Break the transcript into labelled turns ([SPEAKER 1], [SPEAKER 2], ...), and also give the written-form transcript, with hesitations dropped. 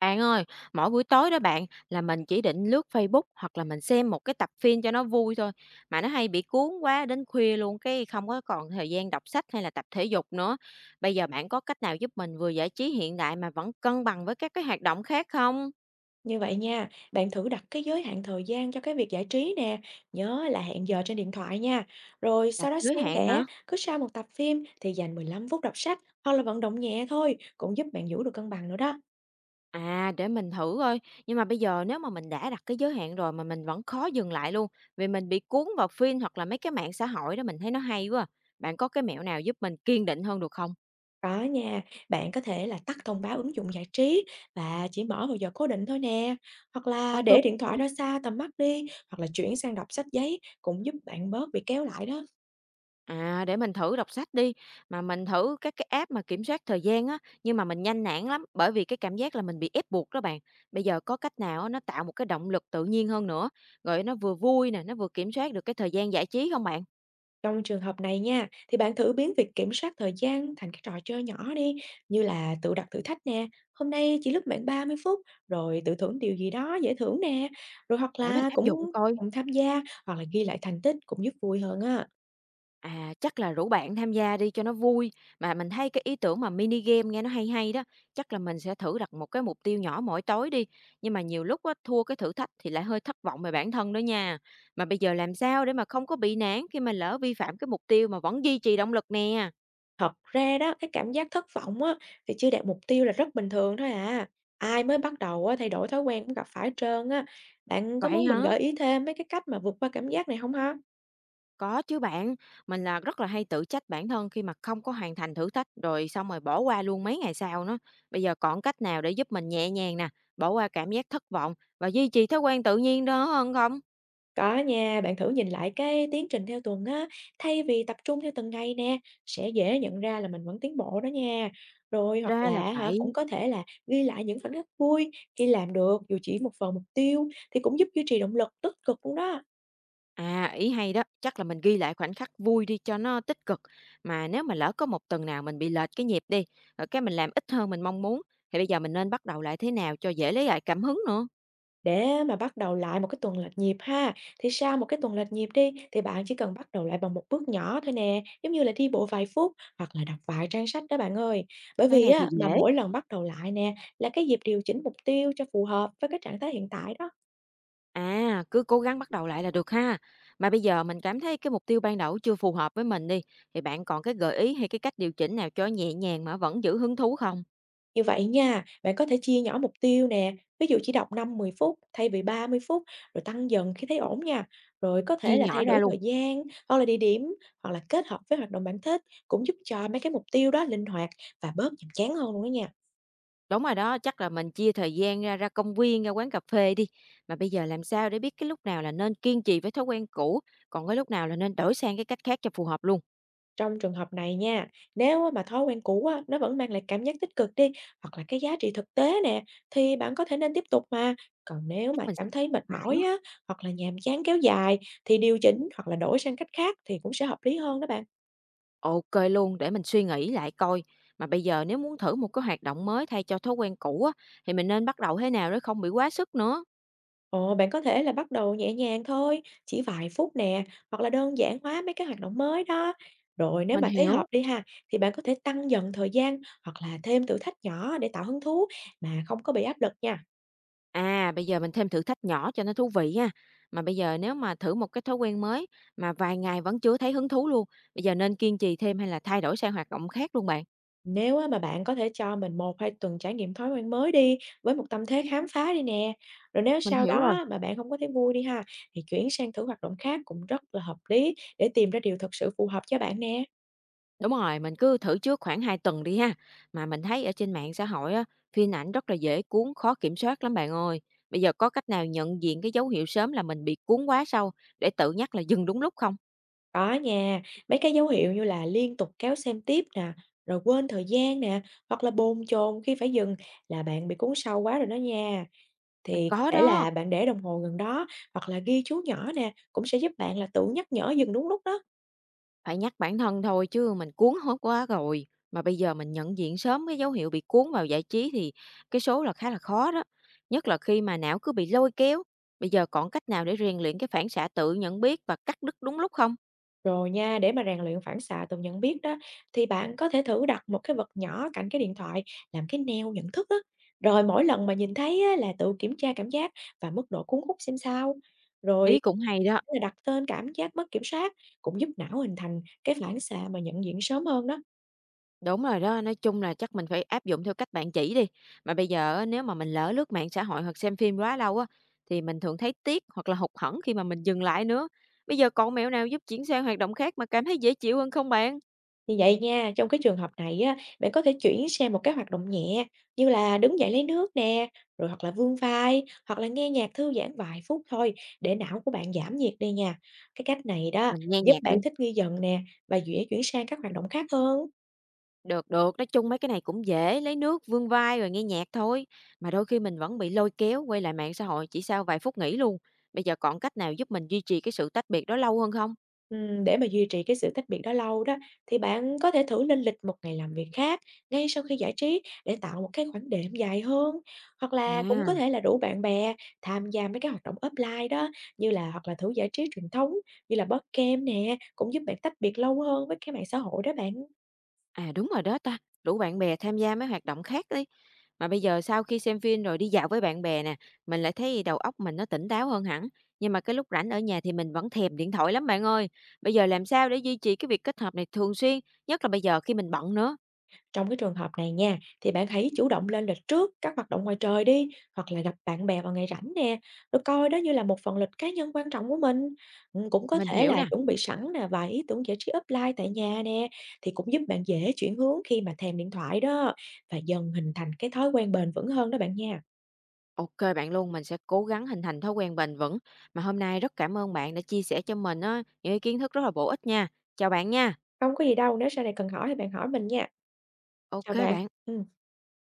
[SPEAKER 1] Bạn ơi, mỗi buổi tối đó bạn là mình chỉ định lướt Facebook hoặc là mình xem một cái tập phim cho nó vui thôi, mà nó hay bị cuốn quá đến khuya luôn cái không có còn thời gian đọc sách hay là tập thể dục nữa. Bây giờ bạn có cách nào giúp mình vừa giải trí hiện đại mà vẫn cân bằng với các cái hoạt động khác không?
[SPEAKER 2] Như vậy nha, bạn thử đặt cái giới hạn thời gian cho cái việc giải trí nè, nhớ là hẹn giờ trên điện thoại nha. Rồi sau
[SPEAKER 1] Đặt
[SPEAKER 2] đó
[SPEAKER 1] giới
[SPEAKER 2] xen
[SPEAKER 1] hạn hả?
[SPEAKER 2] kẽ, cứ sau một tập phim thì dành 15 phút đọc sách hoặc là vận động nhẹ thôi, cũng giúp bạn giữ được cân bằng nữa đó.
[SPEAKER 1] À, để mình thử coi. Nhưng mà bây giờ nếu mà mình đã đặt cái giới hạn rồi mà mình vẫn khó dừng lại luôn, vì mình bị cuốn vào phim hoặc là mấy cái mạng xã hội đó mình thấy nó hay quá. À. Bạn có cái mẹo nào giúp mình kiên định hơn được không?
[SPEAKER 2] Đó nha, bạn có thể là tắt thông báo ứng dụng giải trí và chỉ mở vào giờ cố định thôi nè. Hoặc là
[SPEAKER 1] Tắt
[SPEAKER 2] để
[SPEAKER 1] luôn.
[SPEAKER 2] điện thoại ra xa tầm mắt đi, hoặc là chuyển sang đọc sách giấy cũng giúp bạn bớt bị kéo lại đó.
[SPEAKER 1] À, để mình thử đọc sách đi, mà mình thử các cái app mà kiểm soát thời gian á, nhưng mà mình nhanh nản lắm, bởi vì cái cảm giác là mình bị ép buộc đó bạn. Bây giờ có cách nào á, nó tạo một cái động lực tự nhiên hơn nữa, rồi nó vừa vui nè, nó vừa kiểm soát được cái thời gian giải trí không bạn?
[SPEAKER 2] Trong trường hợp này nha, thì bạn thử biến việc kiểm soát thời gian thành cái trò chơi nhỏ đi, như là tự đặt thử thách nè, hôm nay chỉ lướt mạng 30 phút, rồi tự thưởng điều gì đó dễ thưởng nè, rồi hoặc
[SPEAKER 1] Để mình
[SPEAKER 2] là
[SPEAKER 1] áp dụng
[SPEAKER 2] cũng
[SPEAKER 1] coi.
[SPEAKER 2] cùng tham gia hoặc là ghi lại thành tích cũng giúp vui hơn á.
[SPEAKER 1] À, chắc là rủ bạn tham gia đi cho nó vui, mà mình thấy cái ý tưởng mà mini game nghe nó hay hay đó, chắc là mình sẽ thử đặt một cái mục tiêu nhỏ mỗi tối đi, nhưng mà nhiều lúc á, thua cái thử thách thì lại hơi thất vọng về bản thân đó nha. Mà bây giờ làm sao để mà không có bị nản khi mà lỡ vi phạm cái mục tiêu mà vẫn duy trì động lực nè?
[SPEAKER 2] Thật ra đó, cái cảm giác thất vọng á, thì chưa đạt mục tiêu là rất bình thường thôi à. Ai mới bắt đầu á, thay đổi thói quen cũng gặp phải hết trơn á. Bạn có
[SPEAKER 1] Vậy
[SPEAKER 2] muốn mình
[SPEAKER 1] hả?
[SPEAKER 2] gợi ý thêm mấy cái cách mà vượt qua cảm giác này không ha?
[SPEAKER 1] Có chứ bạn, mình là rất là hay tự trách bản thân khi mà không có hoàn thành thử thách rồi xong rồi bỏ qua luôn mấy ngày sau nó. Bây giờ còn cách nào để giúp mình nhẹ nhàng nè, bỏ qua cảm giác thất vọng và duy trì thói quen tự nhiên đó hơn không?
[SPEAKER 2] Có nha, bạn thử nhìn lại cái tiến trình theo tuần á, thay vì tập trung theo từng ngày nè, sẽ dễ nhận ra là mình vẫn tiến bộ đó nha. Rồi hoặc
[SPEAKER 1] Ra là
[SPEAKER 2] là hả cũng
[SPEAKER 1] vậy.
[SPEAKER 2] có thể là ghi lại những khoảnh khắc vui khi làm được dù chỉ một phần mục tiêu thì cũng giúp duy trì động lực tích cực luôn đó.
[SPEAKER 1] À, ý hay đó, chắc là mình ghi lại khoảnh khắc vui đi cho nó tích cực. Mà nếu mà lỡ có một tuần nào mình bị lệch cái nhịp đi, rồi cái mình làm ít hơn mình mong muốn, thì bây giờ mình nên bắt đầu lại thế nào cho dễ lấy lại cảm hứng nữa?
[SPEAKER 2] Để mà bắt đầu lại một cái tuần lệch nhịp ha, thì sau một cái tuần lệch nhịp đi thì bạn chỉ cần bắt đầu lại bằng một bước nhỏ thôi nè, giống như là đi bộ vài phút hoặc là đọc vài trang sách đó bạn ơi. Bởi
[SPEAKER 1] Cái
[SPEAKER 2] vì
[SPEAKER 1] này thì
[SPEAKER 2] á mà
[SPEAKER 1] dễ.
[SPEAKER 2] mỗi lần bắt đầu lại nè là cái dịp điều chỉnh mục tiêu cho phù hợp với cái trạng thái hiện tại đó.
[SPEAKER 1] À, cứ cố gắng bắt đầu lại là được ha. Mà bây giờ mình cảm thấy cái mục tiêu ban đầu chưa phù hợp với mình đi, thì bạn còn cái gợi ý hay cái cách điều chỉnh nào cho nhẹ nhàng mà vẫn giữ hứng thú không?
[SPEAKER 2] Như vậy nha, bạn có thể chia nhỏ mục tiêu nè, ví dụ chỉ đọc năm mười phút thay vì 30 phút, rồi tăng dần khi thấy ổn nha. Rồi có thể
[SPEAKER 1] Chia
[SPEAKER 2] là
[SPEAKER 1] nhỏ
[SPEAKER 2] thay
[SPEAKER 1] ra
[SPEAKER 2] đổi
[SPEAKER 1] luôn.
[SPEAKER 2] thời gian, hoặc là địa điểm, hoặc là kết hợp với hoạt động bạn thích, cũng giúp cho mấy cái mục tiêu đó linh hoạt và bớt nhàm chán hơn luôn đó nha.
[SPEAKER 1] Đúng rồi đó, chắc là mình chia thời gian ra, ra công viên, ra quán cà phê đi. Mà bây giờ làm sao để biết cái lúc nào là nên kiên trì với thói quen cũ, còn cái lúc nào là nên đổi sang cái cách khác cho phù hợp luôn?
[SPEAKER 2] Trong trường hợp này nha, nếu á mà thói quen cũ á, nó vẫn mang lại cảm giác tích cực đi, hoặc là cái giá trị thực tế nè, thì bạn có thể nên tiếp tục mà. Còn nếu
[SPEAKER 1] Chắc
[SPEAKER 2] mà
[SPEAKER 1] mình sẽ
[SPEAKER 2] cảm thấy mệt
[SPEAKER 1] phải
[SPEAKER 2] mỏi
[SPEAKER 1] quá.
[SPEAKER 2] á, hoặc là nhàm chán kéo dài, thì điều chỉnh hoặc là đổi sang cách khác thì cũng sẽ hợp lý hơn đó bạn.
[SPEAKER 1] Ok luôn, để mình suy nghĩ lại coi. Mà bây giờ nếu muốn thử một cái hoạt động mới thay cho thói quen cũ á, thì mình nên bắt đầu thế nào để không bị quá sức nữa?
[SPEAKER 2] Ồ, bạn có thể là bắt đầu nhẹ nhàng thôi, chỉ vài phút nè, hoặc là đơn giản hóa mấy cái hoạt động mới đó. Rồi nếu
[SPEAKER 1] Mình
[SPEAKER 2] mà thấy hợp
[SPEAKER 1] hiểu.
[SPEAKER 2] đi ha, thì bạn có thể tăng dần thời gian hoặc là thêm thử thách nhỏ để tạo hứng thú mà không có bị áp lực nha.
[SPEAKER 1] À, bây giờ mình thêm thử thách nhỏ cho nó thú vị nha. Mà bây giờ nếu mà thử một cái thói quen mới mà vài ngày vẫn chưa thấy hứng thú luôn, bây giờ nên kiên trì thêm hay là thay đổi sang hoạt động khác luôn bạn?
[SPEAKER 2] Nếu á, mà bạn có thể cho mình một hai tuần trải nghiệm thói quen mới đi với một tâm thế khám phá đi nè. Rồi nếu
[SPEAKER 1] Mình
[SPEAKER 2] sau
[SPEAKER 1] hiểu
[SPEAKER 2] đó
[SPEAKER 1] rồi.
[SPEAKER 2] á, mà bạn không có thấy vui đi ha, thì chuyển sang thử hoạt động khác cũng rất là hợp lý để tìm ra điều thật sự phù hợp cho bạn nè.
[SPEAKER 1] Đúng rồi, mình cứ thử trước khoảng 2 tuần đi ha. Mà mình thấy ở trên mạng xã hội á, phim ảnh rất là dễ cuốn, khó kiểm soát lắm bạn ơi. Bây giờ có cách nào nhận diện cái dấu hiệu sớm là mình bị cuốn quá sâu để tự nhắc là dừng đúng lúc không?
[SPEAKER 2] Có nha, mấy cái dấu hiệu như là liên tục kéo xem tiếp nè, rồi quên thời gian nè, hoặc là bồn chồn khi phải dừng là bạn bị cuốn sâu quá rồi đó nha. Thì có
[SPEAKER 1] Có
[SPEAKER 2] thể
[SPEAKER 1] đó.
[SPEAKER 2] là bạn để đồng hồ gần đó, hoặc là ghi chú nhỏ nè, cũng sẽ giúp bạn là tự nhắc nhở dừng đúng lúc đó.
[SPEAKER 1] Phải nhắc bản thân thôi chứ mình cuốn hút quá rồi, mà bây giờ mình nhận diện sớm cái dấu hiệu bị cuốn vào giải trí thì cái số là khá là khó đó, nhất là khi mà não cứ bị lôi kéo. Bây giờ còn cách nào để rèn luyện cái phản xạ tự nhận biết và cắt đứt đúng lúc không?
[SPEAKER 2] Rồi nha, để mà rèn luyện phản xạ tự nhận biết đó, thì bạn có thể thử đặt một cái vật nhỏ cạnh cái điện thoại, làm cái neo nhận thức đó. Rồi mỗi lần mà nhìn thấy á, là tự kiểm tra cảm giác và mức độ cuốn hút xem sao. Rồi
[SPEAKER 1] Ý cũng hay đó.
[SPEAKER 2] là đặt tên cảm giác mất kiểm soát, cũng giúp não hình thành cái phản xạ mà nhận diện sớm hơn đó.
[SPEAKER 1] Đúng rồi đó, nói chung là chắc mình phải áp dụng theo cách bạn chỉ đi. Mà bây giờ á, nếu mà mình lỡ lướt mạng xã hội hoặc xem phim quá lâu á thì mình thường thấy tiếc hoặc là hụt hẫng khi mà mình dừng lại nữa. Bây giờ còn mẹo nào giúp chuyển sang hoạt động khác mà cảm thấy dễ chịu hơn không bạn?
[SPEAKER 2] Như vậy nha, trong cái trường hợp này á, bạn có thể chuyển sang một cái hoạt động nhẹ như là đứng dậy lấy nước nè, rồi hoặc là vươn vai, hoặc là nghe nhạc thư giãn vài phút thôi để não của bạn giảm nhiệt đi nha. Cái cách này đó
[SPEAKER 1] Mình nghe
[SPEAKER 2] giúp
[SPEAKER 1] nhạc đi.
[SPEAKER 2] bạn thích nghi dần nè và dễ chuyển sang các hoạt động khác hơn.
[SPEAKER 1] Được, được, nói chung mấy cái này cũng dễ, lấy nước vươn vai rồi nghe nhạc thôi. Mà đôi khi mình vẫn bị lôi kéo quay lại mạng xã hội chỉ sau vài phút nghỉ luôn. Bây giờ còn cách nào giúp mình duy trì cái sự tách biệt đó lâu hơn không?
[SPEAKER 2] Để mà duy trì cái sự tách biệt đó lâu đó, thì bạn có thể thử lên lịch một ngày làm việc khác ngay sau khi giải trí để tạo một cái khoảng đệm dài hơn. Hoặc là cũng có
[SPEAKER 1] À,
[SPEAKER 2] thể là rủ bạn bè tham gia mấy cái hoạt động offline đó, như là hoặc là thử giải trí truyền thống như là board game nè, cũng giúp bạn tách biệt lâu hơn với cái mạng xã hội đó bạn.
[SPEAKER 1] à đúng rồi đó ta, rủ bạn bè tham gia mấy hoạt động khác đi. Mà bây giờ sau khi xem phim rồi đi dạo với bạn bè nè, mình lại thấy đầu óc mình nó tỉnh táo hơn hẳn. Nhưng mà cái lúc rảnh ở nhà thì mình vẫn thèm điện thoại lắm bạn ơi. Bây giờ làm sao để duy trì cái việc kết hợp này thường xuyên, nhất là bây giờ khi mình bận nữa?
[SPEAKER 2] Trong cái trường hợp này nha, thì bạn hãy chủ động lên lịch trước các hoạt động ngoài trời đi, hoặc là gặp bạn bè vào ngày rảnh nè, rồi coi đó như là một phần lịch cá nhân quan trọng của mình. Ừ, cũng có
[SPEAKER 1] Mình
[SPEAKER 2] thể
[SPEAKER 1] hiểu
[SPEAKER 2] là
[SPEAKER 1] nè.
[SPEAKER 2] chuẩn bị sẵn nè vài ý tưởng giải trí offline tại nhà nè, thì cũng giúp bạn dễ chuyển hướng khi mà thèm điện thoại đó, và dần hình thành cái thói quen bền vững hơn đó bạn nha.
[SPEAKER 1] OK bạn luôn, mình sẽ cố gắng hình thành thói quen bền vững. Mà hôm nay rất cảm ơn bạn đã chia sẻ cho mình á, những cái kiến thức rất là bổ ích nha. Chào bạn nha.
[SPEAKER 2] Không có gì đâu, nếu sau này cần hỏi thì bạn hỏi mình nha. Chào
[SPEAKER 1] OK
[SPEAKER 2] bạn.
[SPEAKER 1] bạn.
[SPEAKER 2] Ừ.